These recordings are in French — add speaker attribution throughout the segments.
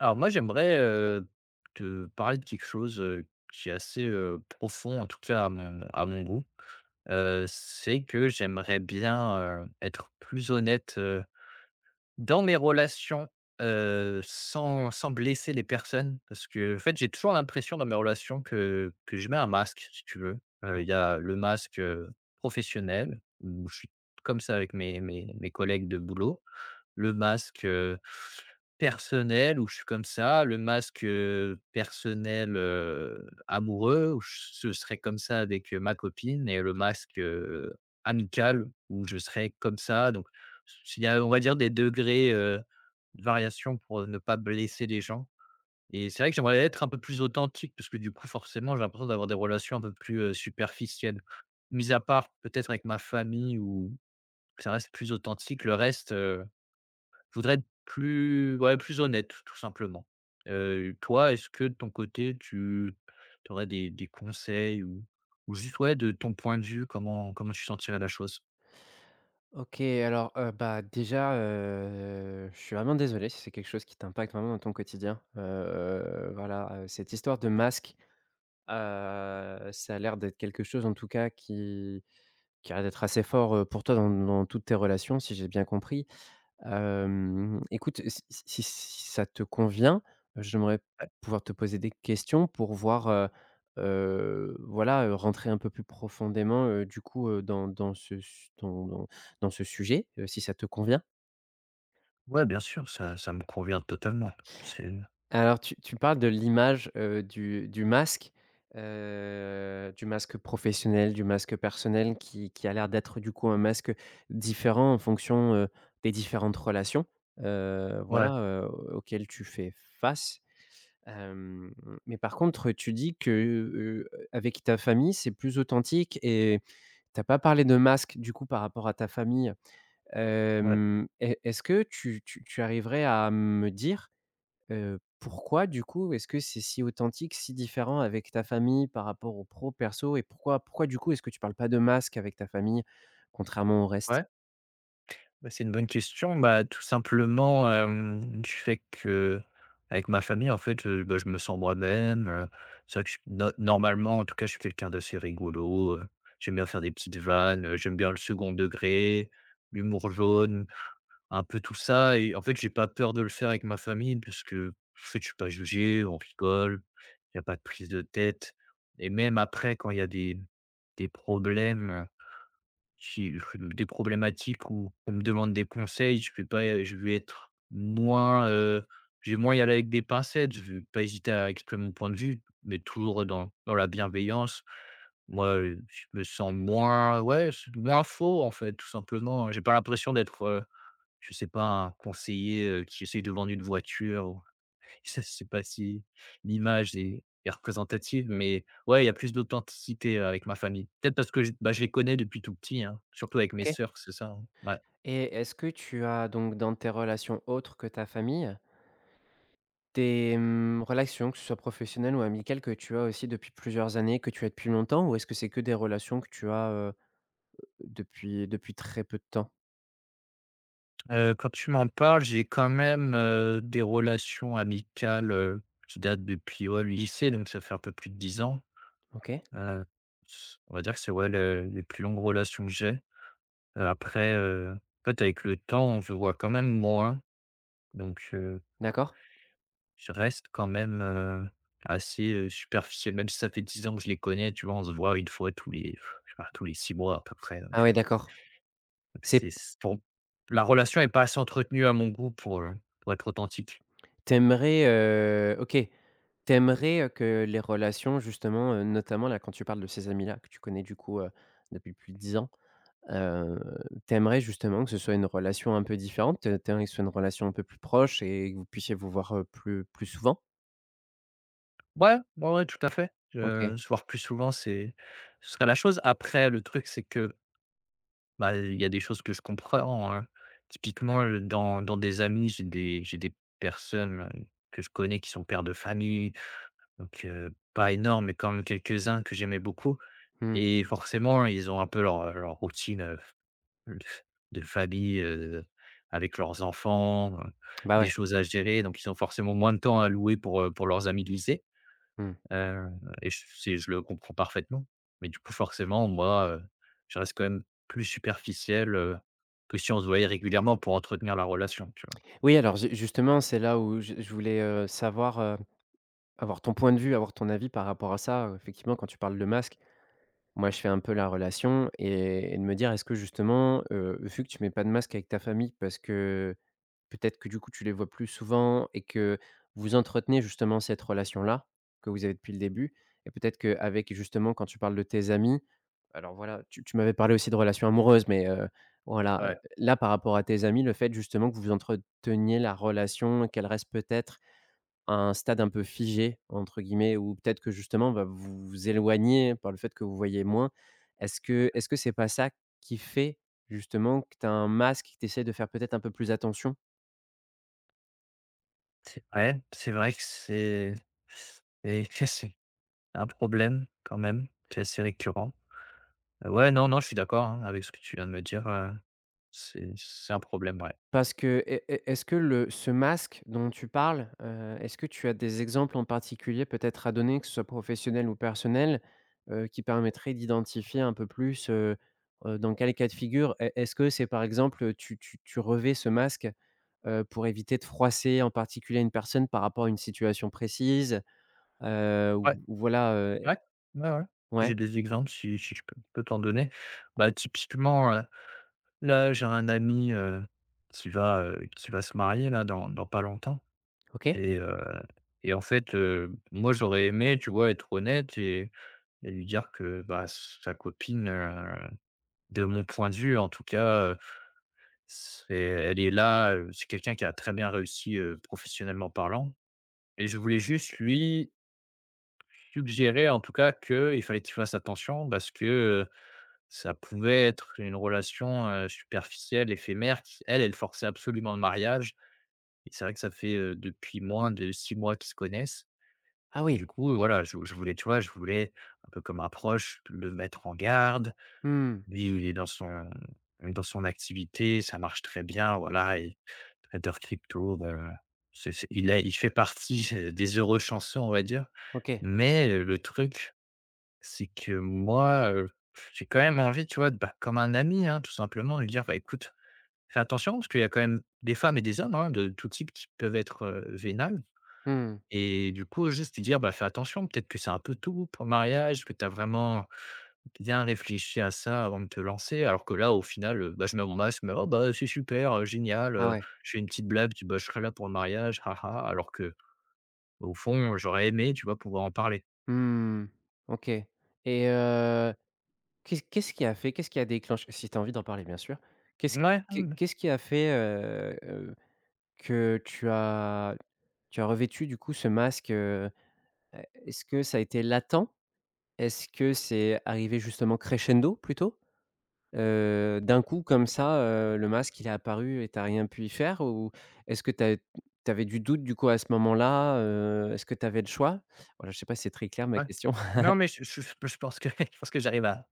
Speaker 1: Alors moi, j'aimerais, te parler de quelque chose, qui est assez, profond, en tout cas à mon goût. C'est que j'aimerais bien, être plus honnête, dans mes relations, sans blesser les personnes. Parce que en fait, j'ai toujours l'impression dans mes relations que je mets un masque, si tu veux. Il y a le masque, professionnel, où je suis comme ça avec mes collègues de boulot, le masque, personnel, où je suis comme ça, le masque, personnel, amoureux, où je serais comme ça avec, ma copine, et le masque, amical, où je serais comme ça. Donc il y a, on va dire, des degrés, de variation pour ne pas blesser les gens, et c'est vrai que j'aimerais être un peu plus authentique parce que du coup forcément j'ai l'impression d'avoir des relations un peu plus, superficielles. Mis à part peut-être avec ma famille où ça reste plus authentique, le reste, je voudrais être plus, ouais, plus honnête, tout simplement. Toi, est-ce que de ton côté, tu aurais des conseils ou juste, ouais, de ton point de vue, comment tu sentirais la chose?
Speaker 2: OK, alors, bah, déjà, je suis vraiment désolé si c'est quelque chose qui t'impacte vraiment dans ton quotidien. Voilà, cette histoire de masque, heu, ça a l'air d'être quelque chose en tout cas qui a l'air d'être assez fort, pour toi dans dans toutes tes relations, si j'ai bien compris. Écoute, si ça te convient, j'aimerais pouvoir te poser des questions pour voir, voilà, rentrer un peu plus profondément, du coup, dans dans ce su dans dans dans ce sujet, si ça te convient?
Speaker 1: Ouais, bien sûr, ça me convient totalement. C'est
Speaker 2: Alors tu parles de l'image, du masque, du masque professionnel, du masque personnel qui a l'air d'être du coup un masque différent en fonction, des différentes relations,
Speaker 1: ouais,
Speaker 2: voilà, auxquelles tu fais face. Hem, mais par contre, tu dis que, avec ta famille, c'est plus authentique et t'as pas parlé de masque, du coup, par rapport à ta famille.
Speaker 1: ouais.
Speaker 2: Est-ce que tu arriverais à me dire, pourquoi, du coup, est-ce que c'est si authentique, si différent avec ta famille par rapport au pro, perso, et pourquoi, du coup, est-ce que tu parles pas de masque avec ta famille, contrairement au reste?
Speaker 1: Ouais. Bah, c'est une bonne question. Bah, tout simplement, du fait que avec ma famille, en fait, bah, je me sens moi-même, c'est vrai que je no normalement, en tout cas, je suis quelqu'un d'assez rigolo, j'aime bien faire des petites vannes, j'aime bien le second degré, l'humour jaune, un peu tout ça, et en fait, j'ai pas peur de le faire avec ma famille puisque, en fait, je suis pas jugé, on rigole, il y a pas de prise de tête, et même après, quand il y a des problèmes, j'ai des problématiques où on me demande des conseils, je vais pas je vais être moins, je vais moins y aller avec des pincettes, je vais pas hésiter à exprimer mon point de vue, mais toujours dans la bienveillance. Moi, je me sens moins, ouais, s moins faux, en fait, tout simplement. J'ai pas l'impression d'être, je sais pas, un conseiller, qui essaye de vendre une voiture, je sais pas si l'image est représentative, mais ouais, il y a plus d'authenticité, avec ma famille. Peut-être parce que j bah, je les connais depuis tout petit, hein, surtout avec mes
Speaker 2: OK,
Speaker 1: sœurs, c'est ça, hein. Ouais.
Speaker 2: et est-ce que tu as donc, dans tes relations autres que ta famille, tes, relations, que ce soit professionnelles ou amicales, que tu as aussi depuis plusieurs années, que tu as depuis longtemps? Ou est-ce que c'est que des relations que tu as, depuis très peu de temps?
Speaker 1: Quand tu m'en parles, j'ai quand même, des relations amicales, qui datent depuis, ouais, le lycée, donc ça fait un peu plus de 10 ans.
Speaker 2: OK,
Speaker 1: Heu, on va dire que c'est, ouais, le les plus longues relations que j'ai. Heu, après, heu, peut-être avec le temps, je vois quand même moins, donc
Speaker 2: d'accord.
Speaker 1: je reste quand même, assez, superficiel. Même si ça fait 10 ans que je les connais, tu vois? On se voit une fois tous les, je sais pas, tous les 6 mois à peu près,
Speaker 2: Ah
Speaker 1: donc
Speaker 2: ouais, d'accord.
Speaker 1: c'est
Speaker 2: C'est
Speaker 1: c pour la relation est pas assez entretenue à mon goût pour être authentique.
Speaker 2: t'aimerais, aimerais, OK, t'aimerais que les relations justement, notamment là, quand tu parles de ces amis-là que tu connais du coup, depuis plus de 10 ans, heu, tu justement, que ce soit une relation un peu différente? Tu aimerais que ce soit une relation un peu plus proche et que vous puissiez vous voir, plus souvent?
Speaker 1: Ouais, ouais, ouais, tout à fait. Je
Speaker 2: OK.
Speaker 1: Se voir plus souvent, c'est, ce serait la chose. Après, le truc, c'est que bah, il y a des choses que je comprends, hein. Typiquement, dans des amis, j'ai des personnes, que je connais, qui sont pères de famille, donc pas énormes, mais quand même quelques-uns que j'aimais beaucoup,
Speaker 2: Mmh.
Speaker 1: et forcément, ils ont un peu leur, leur routine, de f famille, avec leurs enfants,
Speaker 2: Bah
Speaker 1: des
Speaker 2: ouais.
Speaker 1: choses à gérer, donc ils ont forcément moins de temps à louer pour leurs amis de lycée.
Speaker 2: Mmh.
Speaker 1: Heu et je le comprends parfaitement. Mais du coup, forcément, moi, je reste quand même plus superficiel, que si on se voyait régulièrement pour entretenir la relation, tu vois?
Speaker 2: Oui, alors ju justement, c'est là où je voulais, savoir, avoir ton point de vue, avoir ton avis par rapport à ça. Effectivement, quand tu parles de masque, moi, je fais un peu la relation, et de me dire, est-ce que justement, vu que tu mets pas de masque avec ta famille, parce que peut-être que du coup, tu les vois plus souvent et que vous entretenez justement cette relation-là que vous avez depuis le début, et peut-être qu'avec, justement, quand tu parles de tes amis, alors voilà, tu m'avais parlé aussi de relations amoureuses, mais voilà,
Speaker 1: Ouais.
Speaker 2: là par rapport à tes amis, le fait justement que vous entreteniez la relation, et qu'elle reste peut-être à un stade un peu «figé» entre guillemets, ou peut-être que justement, bah, vous vous éloignez par le fait que vous voyez moins. Est-ce que c'est pas ça qui fait justement que tu as un masque, que tu essaies de faire peut-être un peu plus attention?
Speaker 1: C'est, ouais, c'est vrai que c'est, et que c'est un problème quand même, qui est assez récurrent. Ouais, non, non, je suis d'accord, hein, avec ce que tu viens de me dire, c'est un problème, ouais.
Speaker 2: Parce que est est est-ce que le ce masque dont tu parles, est-ce que tu as des exemples en particulier peut-être à donner, que ce soit professionnel ou personnel, qui permettraient d'identifier un peu plus, dans quel cas de figure est-ce que c'est, par exemple, tu revais ce masque, pour éviter de froisser en particulier une personne par rapport à une situation précise? Ou
Speaker 1: Ouais,
Speaker 2: ou voilà,
Speaker 1: ouais, ouais, ouais.
Speaker 2: ouais,
Speaker 1: J'ai des exemples, si je peux t'en donner. Bah, typiquement, là, j'ai un ami, qui va se marier là dans pas longtemps,
Speaker 2: OK.
Speaker 1: et heu et en fait, moi, j'aurais aimé, tu vois, être honnête, et lui dire que, bah, sa copine, de mon point de vue en tout cas, c'est elle est là, c'est quelqu'un qui a très bien réussi, professionnellement parlant. Et je voulais juste lui suggérer, en tout cas, qu'il fallait qu'il fasse attention parce que, heu, ça pouvait être une relation, superficielle, éphémère, qui, elle, elle forçait absolument le mariage, et c'est vrai que ça fait, depuis moins de 6 mois qu'ils se connaissent.
Speaker 2: Ah
Speaker 1: Du
Speaker 2: oui.
Speaker 1: coup, voilà, je voulais, tu vois, je voulais un peu comme un proche, le mettre en garde.
Speaker 2: Mmh.
Speaker 1: Lui, il est dans son, dans son activité, ça marche très bien, voilà, et trader crypto, voilà. C'est il fait partie, des heureux chanceux, on va dire.
Speaker 2: OK.
Speaker 1: Mais le truc, c'est que moi, j'ai quand même envie, tu vois, de, bah, comme un ami, hein, tout simplement, lui dire: «Bah, écoute, fais attention», parce qu'il y a quand même des femmes et des hommes, hein, de tout type qui peuvent être, vénal.
Speaker 2: Mmh.
Speaker 1: Et du coup, juste lui dire: «Bah, fais attention, peut-être que c'est un peu tout pour le mariage, que tu as vraiment bien réfléchi à ça avant de te lancer». Alors que là, au final, bah, je mets mon masque, mais: «Oh, bah, c'est super, génial,
Speaker 2: Ah ouais.
Speaker 1: je fais une petite blague, tu bah, je serai là pour le mariage, haha». Alors que, au fond, j'aurais aimé, tu vois, pouvoir en parler.
Speaker 2: Mmh. OK. Et qu'est-ce qui a déclenché, si tu as envie d'en parler, bien sûr. Qu'est-ce
Speaker 1: Ouais,
Speaker 2: qu'est-ce qui a fait, que tu as revêtu, du coup, ce masque, e est-ce que ça a été latent? Est-ce que c'est arrivé justement crescendo, plutôt? D'un coup comme ça, le masque, il est apparu et t'as rien pu y faire? Ou est-ce que tu as avais du doute, du coup, à ce moment-là? Est-ce que tu avais le choix? Voilà, je sais pas si c'est très clair, ma
Speaker 1: ouais.
Speaker 2: question.
Speaker 1: Non, mais je pense que je pense que j'arrive à,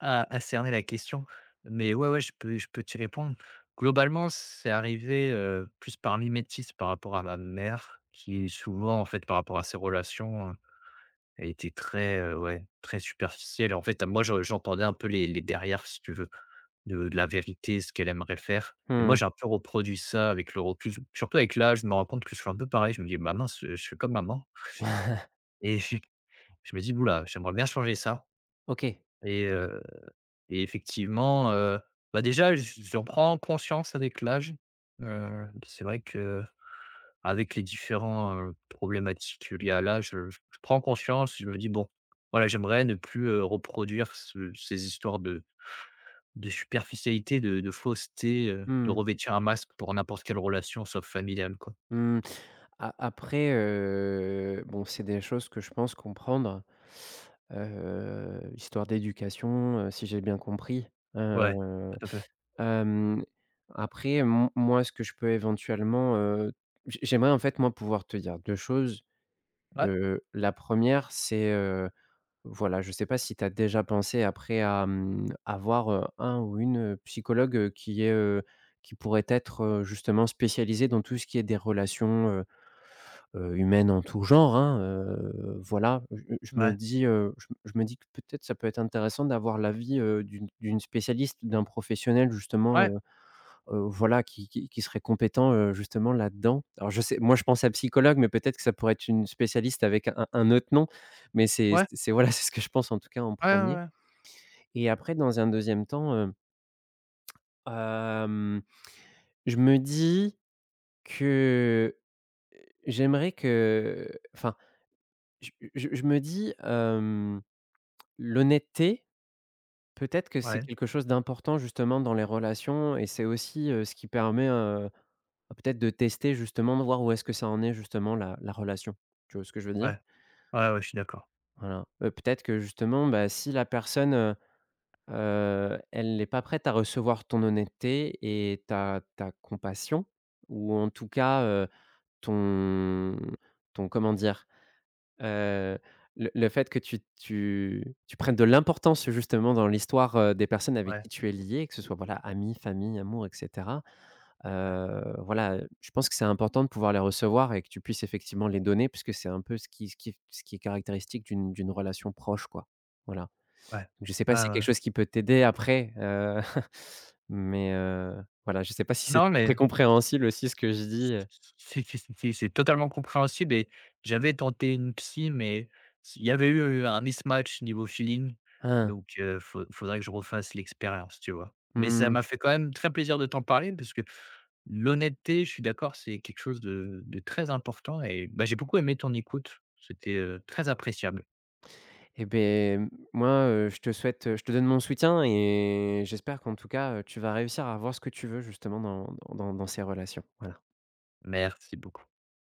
Speaker 1: à cerner la question, mais ouais, ouais, je peux t'y répondre. Globalement, c'est arrivé, plus par mimétisme par rapport à ma mère, qui souvent, en fait, par rapport à ses relations, elle était très, ouais, très superficielle. En fait, moi, je j'entendais un peu les derrières, si tu veux, de la vérité, ce qu'elle aimerait faire, et moi,
Speaker 2: Mmh.
Speaker 1: j'ai un peu reproduit ça. Avec le recul, surtout avec l'âge, je me rends compte que je suis un peu pareil. Je me dis: «Bah mince, je suis comme maman», et je me dis: «Ouh là, j'aimerais bien changer ça»,
Speaker 2: OK.
Speaker 1: et heu et effectivement, bah, déjà, j'en prends conscience avec l'âge. C'est vrai que avec les différents, problématiques liées à l'âge, je prends conscience. Je me dis: «Bon, voilà, j'aimerais ne plus, reproduire ce ces histoires de superficialité, de fausseté, de
Speaker 2: Mmh.
Speaker 1: revêtir un masque pour n'importe quelle relation sauf familiale, quoi».
Speaker 2: Mmh, a après, bon, c'est des choses que je pense comprendre, histoire d'éducation, si j'ai bien compris.
Speaker 1: Ouais,
Speaker 2: heu,
Speaker 1: tout à fait.
Speaker 2: hem, Après m moi, ce que je peux éventuellement, j'aimerais, en fait, moi, pouvoir te dire 2 choses.
Speaker 1: Ouais,
Speaker 2: La première, c'est, voilà, je sais pas si tu as déjà pensé après à, à voir un ou une psychologue, qui est, qui pourrait être, justement spécialisée dans tout ce qui est des relations, humaines en tout genre, hein, voilà. Je je me
Speaker 1: ouais,
Speaker 2: dis, heu, je je me dis que peut-être ça peut être intéressant d'avoir l'avis, d'une spécialiste, d'un professionnel justement,
Speaker 1: ouais,
Speaker 2: voilà, qui serait compétent, justement là-dedans. Alors je sais, moi je pense à psychologue, mais peut-être que ça pourrait être une spécialiste avec un autre nom, mais c'est
Speaker 1: ouais,
Speaker 2: c'est c'est voilà, c'est ce que je pense en tout cas en
Speaker 1: ouais, ouais,
Speaker 2: premier.
Speaker 1: ouais.
Speaker 2: Et après, dans un deuxième temps, hem, je me dis que, j'aimerais que, enfin, je me dis, l'honnêteté, peut-être que c'est
Speaker 1: Ouais,
Speaker 2: quelque chose d'important justement dans les relations, et c'est aussi, ce qui permet, peut-être, de tester justement, de voir où est-ce que ça en est justement la relation. Tu vois ce que je veux dire?
Speaker 1: ouais. Ouais, ouais, je suis d'accord.
Speaker 2: Voilà. Peut-être que justement, bah, si la personne, elle n'est pas prête à recevoir ton honnêteté et ta compassion, ou en tout cas, ton ton comment dire? Heu, le fait que tu prennes de l'importance justement dans l'histoire, des personnes avec
Speaker 1: Ouais,
Speaker 2: qui tu es lié, que ce soit, voilà, amis, famille, amour, et cetera.
Speaker 1: ouais,
Speaker 2: Voilà, je pense que c'est important de pouvoir les recevoir et que tu puisses effectivement les donner, puisque c'est un peu ce qui est caractéristique d'une relation proche, quoi. Voilà.
Speaker 1: ouais.
Speaker 2: Je sais
Speaker 1: Ouais,
Speaker 2: pas si c'est
Speaker 1: ouais.
Speaker 2: quelque chose qui peut t'aider après, mais voilà, je sais pas si c'est
Speaker 1: Non, mais
Speaker 2: très compréhensible aussi ce que je dis,
Speaker 1: si, si, si, si, c'est totalement compréhensible, et j'avais tenté une psy, mais il y avait eu un mismatch niveau feeling,
Speaker 2: hein.
Speaker 1: donc faudrait que je refasse l'expérience, tu vois? Mais ça
Speaker 2: Mmh.
Speaker 1: m'a fait quand même très plaisir de t'en parler parce que l'honnêteté, je suis d'accord, c'est quelque chose de très important, et bah, j'ai beaucoup aimé ton écoute. C'était, très appréciable.
Speaker 2: Eh ben, moi, je te souhaite, je te donne mon soutien et j'espère qu'en tout cas, tu vas réussir à avoir ce que tu veux justement dans ces relations. Voilà.
Speaker 1: Merci beaucoup.